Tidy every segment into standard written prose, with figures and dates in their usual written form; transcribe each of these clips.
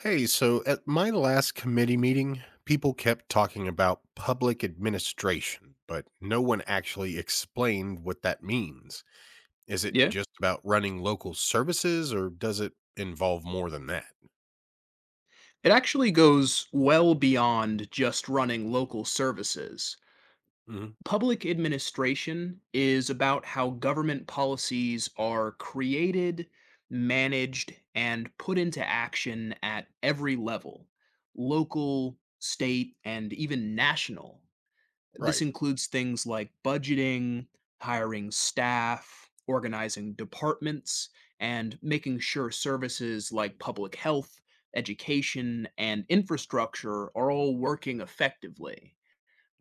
Hey, so at my last committee meeting, people kept talking about public administration, but no one actually explained what that means. Is it Yeah. just about running local services or does it involve more than that? It actually goes well beyond just running local services. Hmm. Public administration is about how government policies are created, managed, and put into action at every level, local, state, and even national. This Right. includes things like budgeting, hiring staff, organizing departments, and making sure services like public health, education, and infrastructure are all working effectively.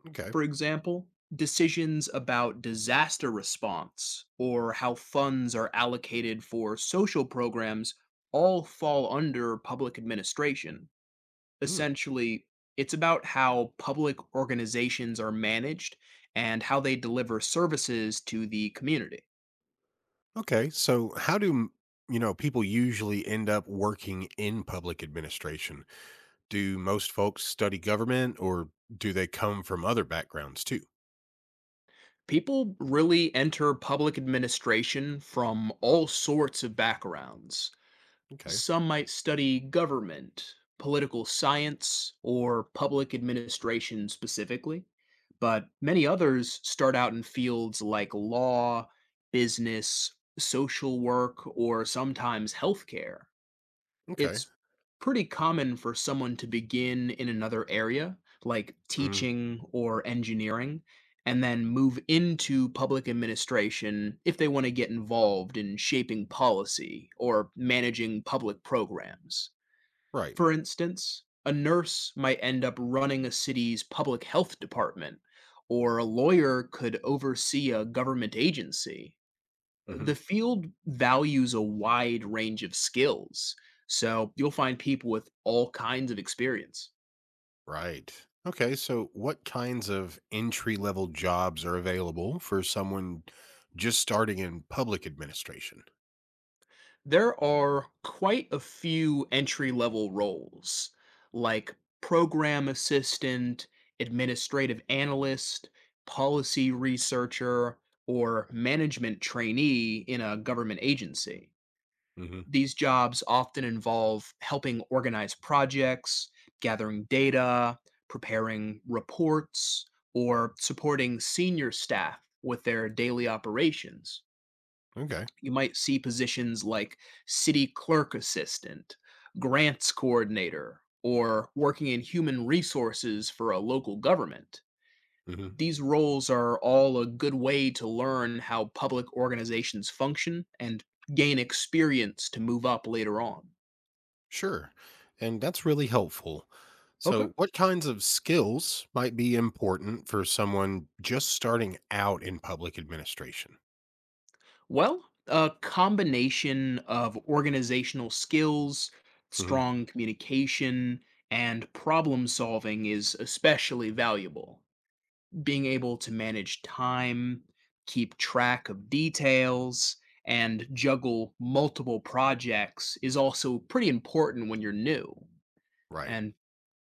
Okay. For example, decisions about disaster response or how funds are allocated for social programs all fall under public administration. Hmm. Essentially, it's about how public organizations are managed and how they deliver services to the community. Okay. So, how do people usually end up working in public administration? Do most folks study government or do they come from other backgrounds too? People really enter public administration from all sorts of backgrounds. Okay. Some might study government, political science, or public administration specifically, but many others start out in fields like law, business, social work, or sometimes healthcare. Okay. It's pretty common for someone to begin in another area, like Mm, teaching or engineering, and then move into public administration if they want to get involved in shaping policy or managing public programs. right. For instance, a nurse might end up running a city's public health department, or a lawyer could oversee a government agency. Mhm. The field values a wide range of skills, so you'll find people with all kinds of experience. Right. Okay. So, what kinds of entry level jobs are available for someone just starting in public administration? There are quite a few entry level roles, like program assistant, administrative analyst, policy researcher, or management trainee in a government agency. Hmm. These jobs often involve helping organize projects, gathering data, preparing reports, or supporting senior staff with their daily operations. Okay. You might see positions like city clerk assistant, grants coordinator, or working in human resources for a local government. Hmm. These roles are all a good way to learn how public organizations function and gain experience to move up later on. Sure. And that's really helpful. Okay. So, what kinds of skills might be important for someone just starting out in public administration? Well, a combination of organizational skills, Hmm. strong communication, and problem solving is especially valuable. Being able to manage time, keep track of details, and juggle multiple projects is also pretty important when you're new. Right. And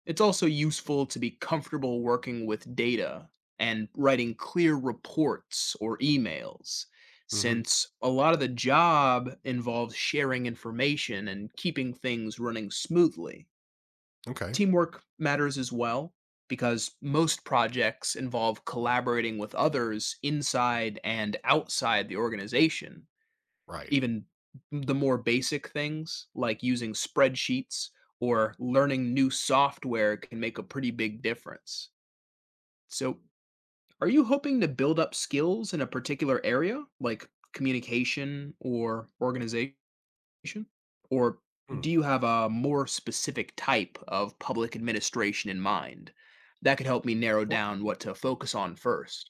it's also useful to be comfortable working with data and writing clear reports or emails, Hmm. since a lot of the job involves sharing information and keeping things running smoothly. Okay. Teamwork matters as well, because most projects involve collaborating with others inside and outside the organization. Right. Even the more basic things like using spreadsheets or learning new software can make a pretty big difference. So, are you hoping to build up skills in a particular area like communication or organization? Or Hmm. do you have a more specific type of public administration in mind? That could help me narrow Wh- down what to focus on first.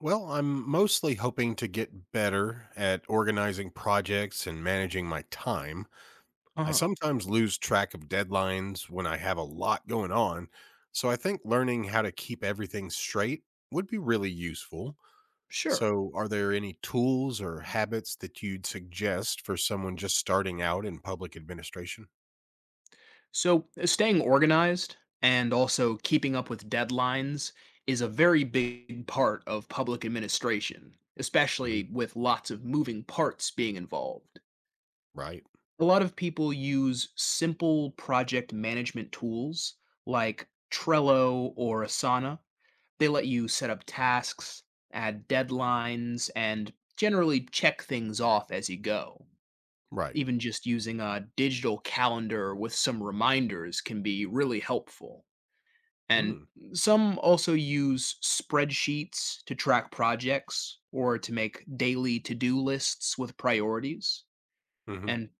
Well, I'm mostly hoping to get better at organizing projects and managing my time. Uh I huh. sometimes lose track of deadlines when I have a lot going on, so I think learning how to keep everything straight would be really useful. Sure. So, are there any tools or habits that you'd suggest for someone just starting out in public administration? So, staying organized and also keeping up with deadlines is a very big part of public administration, Mhm. especially with lots of moving parts being involved. Right, A lot of people use simple project management tools like Trello or Asana. They let you set up tasks, add deadlines, and generally check things off as you go. right. Even just using a digital calendar with some reminders can be really helpful. And Mm. some also use spreadsheets to track projects or to make daily to do lists with priorities. Hmm. Mm-hmm. And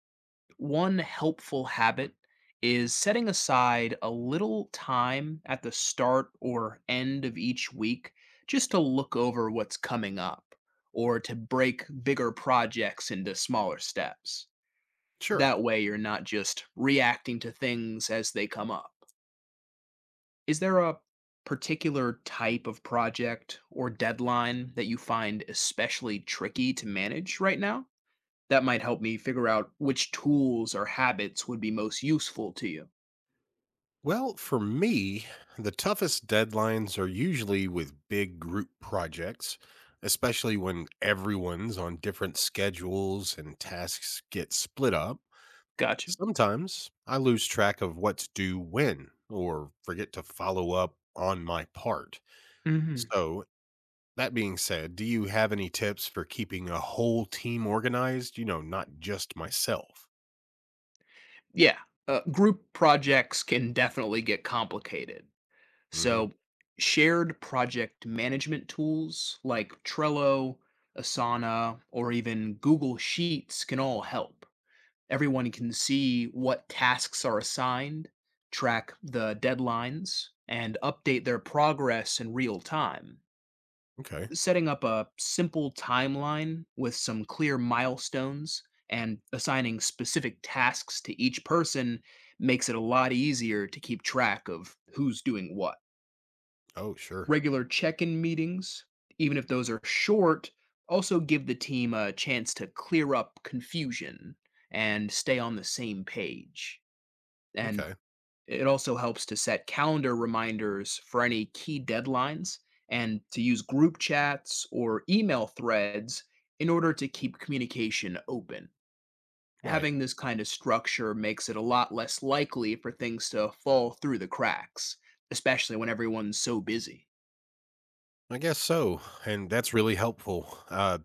one helpful habit is setting aside a little time at the start or end of each week just to look over what's coming up or to break bigger projects into smaller steps. Sure. That way you're not just reacting to things as they come up. Is there a particular type of project or deadline that you find especially tricky to manage right now? That might help me figure out which tools or habits would be most useful to you. Well, for me, the toughest deadlines are usually with big group projects, especially when everyone's on different schedules and tasks get split up. Gotcha. Sometimes I lose track of what's due when or forget to follow up on my part. hmm So, that being said, do you have any tips for keeping a whole team organized? You know, not just myself. Yeah. Group projects can definitely get complicated. Hmm. So, shared project management tools like Trello, Asana, or even Google Sheets can all help. Everyone can see what tasks are assigned, track the deadlines, and update their progress in real time. Okay. Setting up a simple timeline with some clear milestones and assigning specific tasks to each person makes it a lot easier to keep track of who's doing what. Oh, sure. Regular check-in meetings, even if those are short, also give the team a chance to clear up confusion and stay on the same page. And Okay. it also helps to set calendar reminders for any key deadlines and to use group chats or email threads in order to keep communication open. Right. Having this kind of structure makes it a lot less likely for things to fall through the cracks, especially when everyone's so busy. I guess so. And that's really helpful.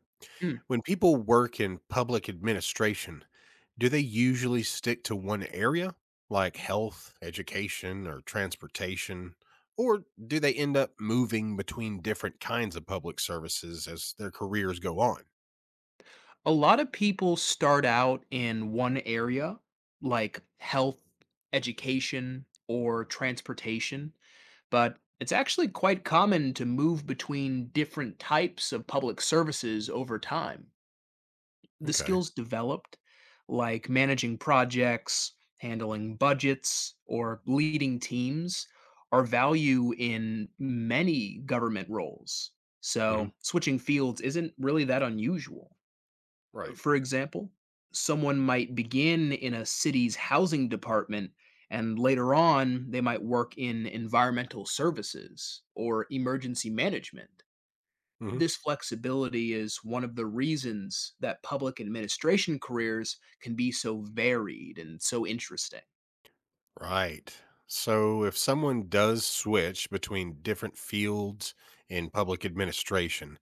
When people work in public administration, do they usually stick to one area, like health, education, or transportation? Or do they end up moving between different kinds of public services as their careers go on? A lot of people start out in one area like health, education, or transportation, but it's actually quite common to move between different types of public services over time. The Okay. skills developed, like managing projects, handling budgets, or leading teams, are value in many government roles, Hmm. so switching fields isn't really that unusual. Right. For example, someone might begin in a city's housing department and later on they might work in environmental services or emergency management. Hmm. This flexibility is one of the reasons that public administration careers can be so varied and so interesting. Right. So, if someone does switch between different fields in public administration,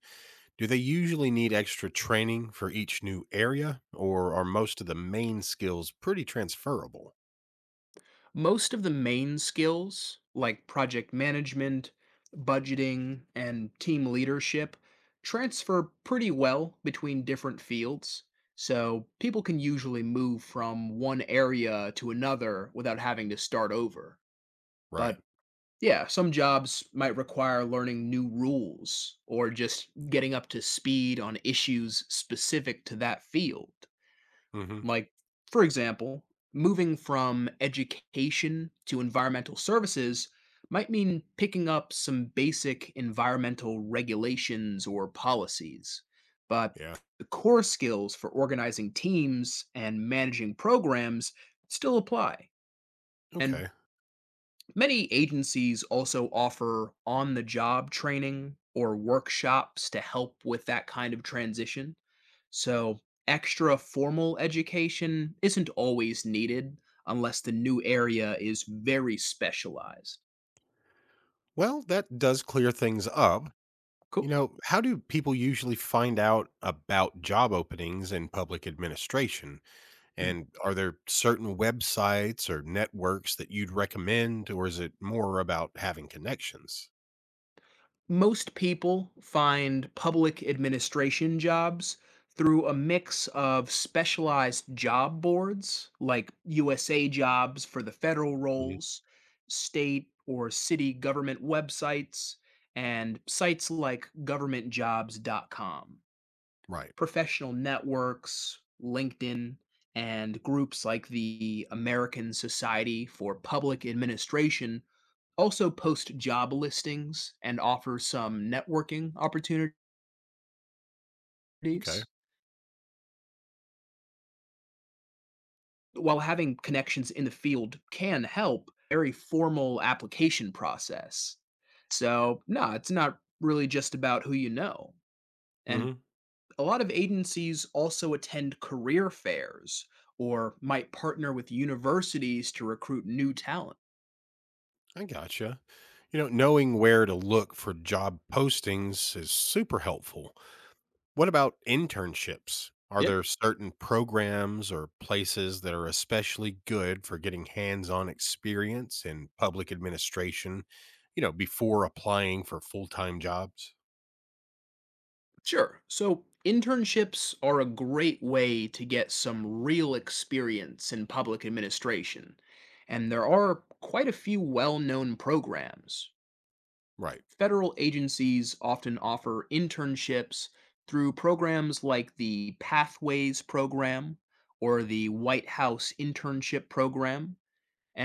do they usually need extra training for each new area, or are most of the main skills pretty transferable? Most of the main skills, like project management, budgeting, and team leadership, transfer pretty well between different fields. So people can usually move from one area to another without having to start over. Right. But yeah, some jobs might require learning new rules or just getting up to speed on issues specific to that field. Hmm. Like, for example, moving from education to environmental services might mean picking up some basic environmental regulations or policies, but Yeah. the core skills for organizing teams and managing programs still apply. And Okay. many agencies also offer on the job training or workshops to help with that kind of transition. So, extra formal education isn't always needed unless the new area is very specialized. Well, that does clear things up. You Cool. know, how do people usually find out about job openings in public administration? And are there certain websites or networks that you'd recommend, or is it more about having connections? Most people find public administration jobs through a mix of specialized job boards like USA jobs for the federal Mhm. roles, state or city government websites, and sites like governmentjobs.com. Right. Professional networks, LinkedIn, and groups like the American Society for Public Administration also post job listings and offer some networking opportunities. Okay. While having connections in the field can help, very formal application process. So, no, it's not really just about who you know. And a lot of agencies also attend career fairs or might partner with universities to recruit new talent. I gotcha. You know, knowing where to look for job postings is super helpful. What about internships? Are Yeah. there certain programs or places that are especially good for getting hands on experience in public administration, you know, before applying for full time jobs? Sure. So, internships are a great way to get some real experience in public administration. And there are quite a few well known programs. Right. Federal agencies often offer internships through programs like the Pathways Program or the White House Internship Program.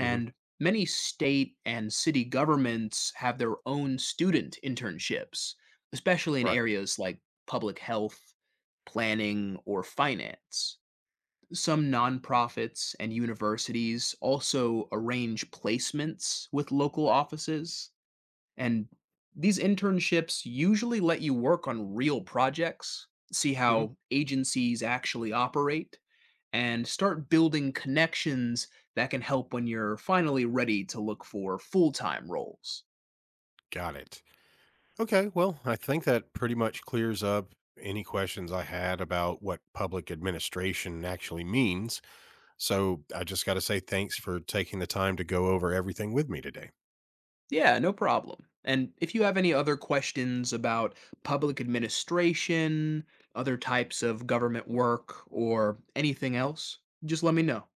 Hmm. many state and city governments have their own student internships, especially in Right. areas like public health, planning, or finance. Some nonprofits and universities also arrange placements with local offices, and these internships usually let you work on real projects, see Hmm. how agencies actually operate, and start building connections that can help when you're finally ready to look for full time roles. Got it. Okay. Well, I think that pretty much clears up any questions I had about what public administration actually means. So I just got to say thanks for taking the time to go over everything with me today. Yeah, no problem. And if you have any other questions about public administration, other types of government work, or anything else, just let me know.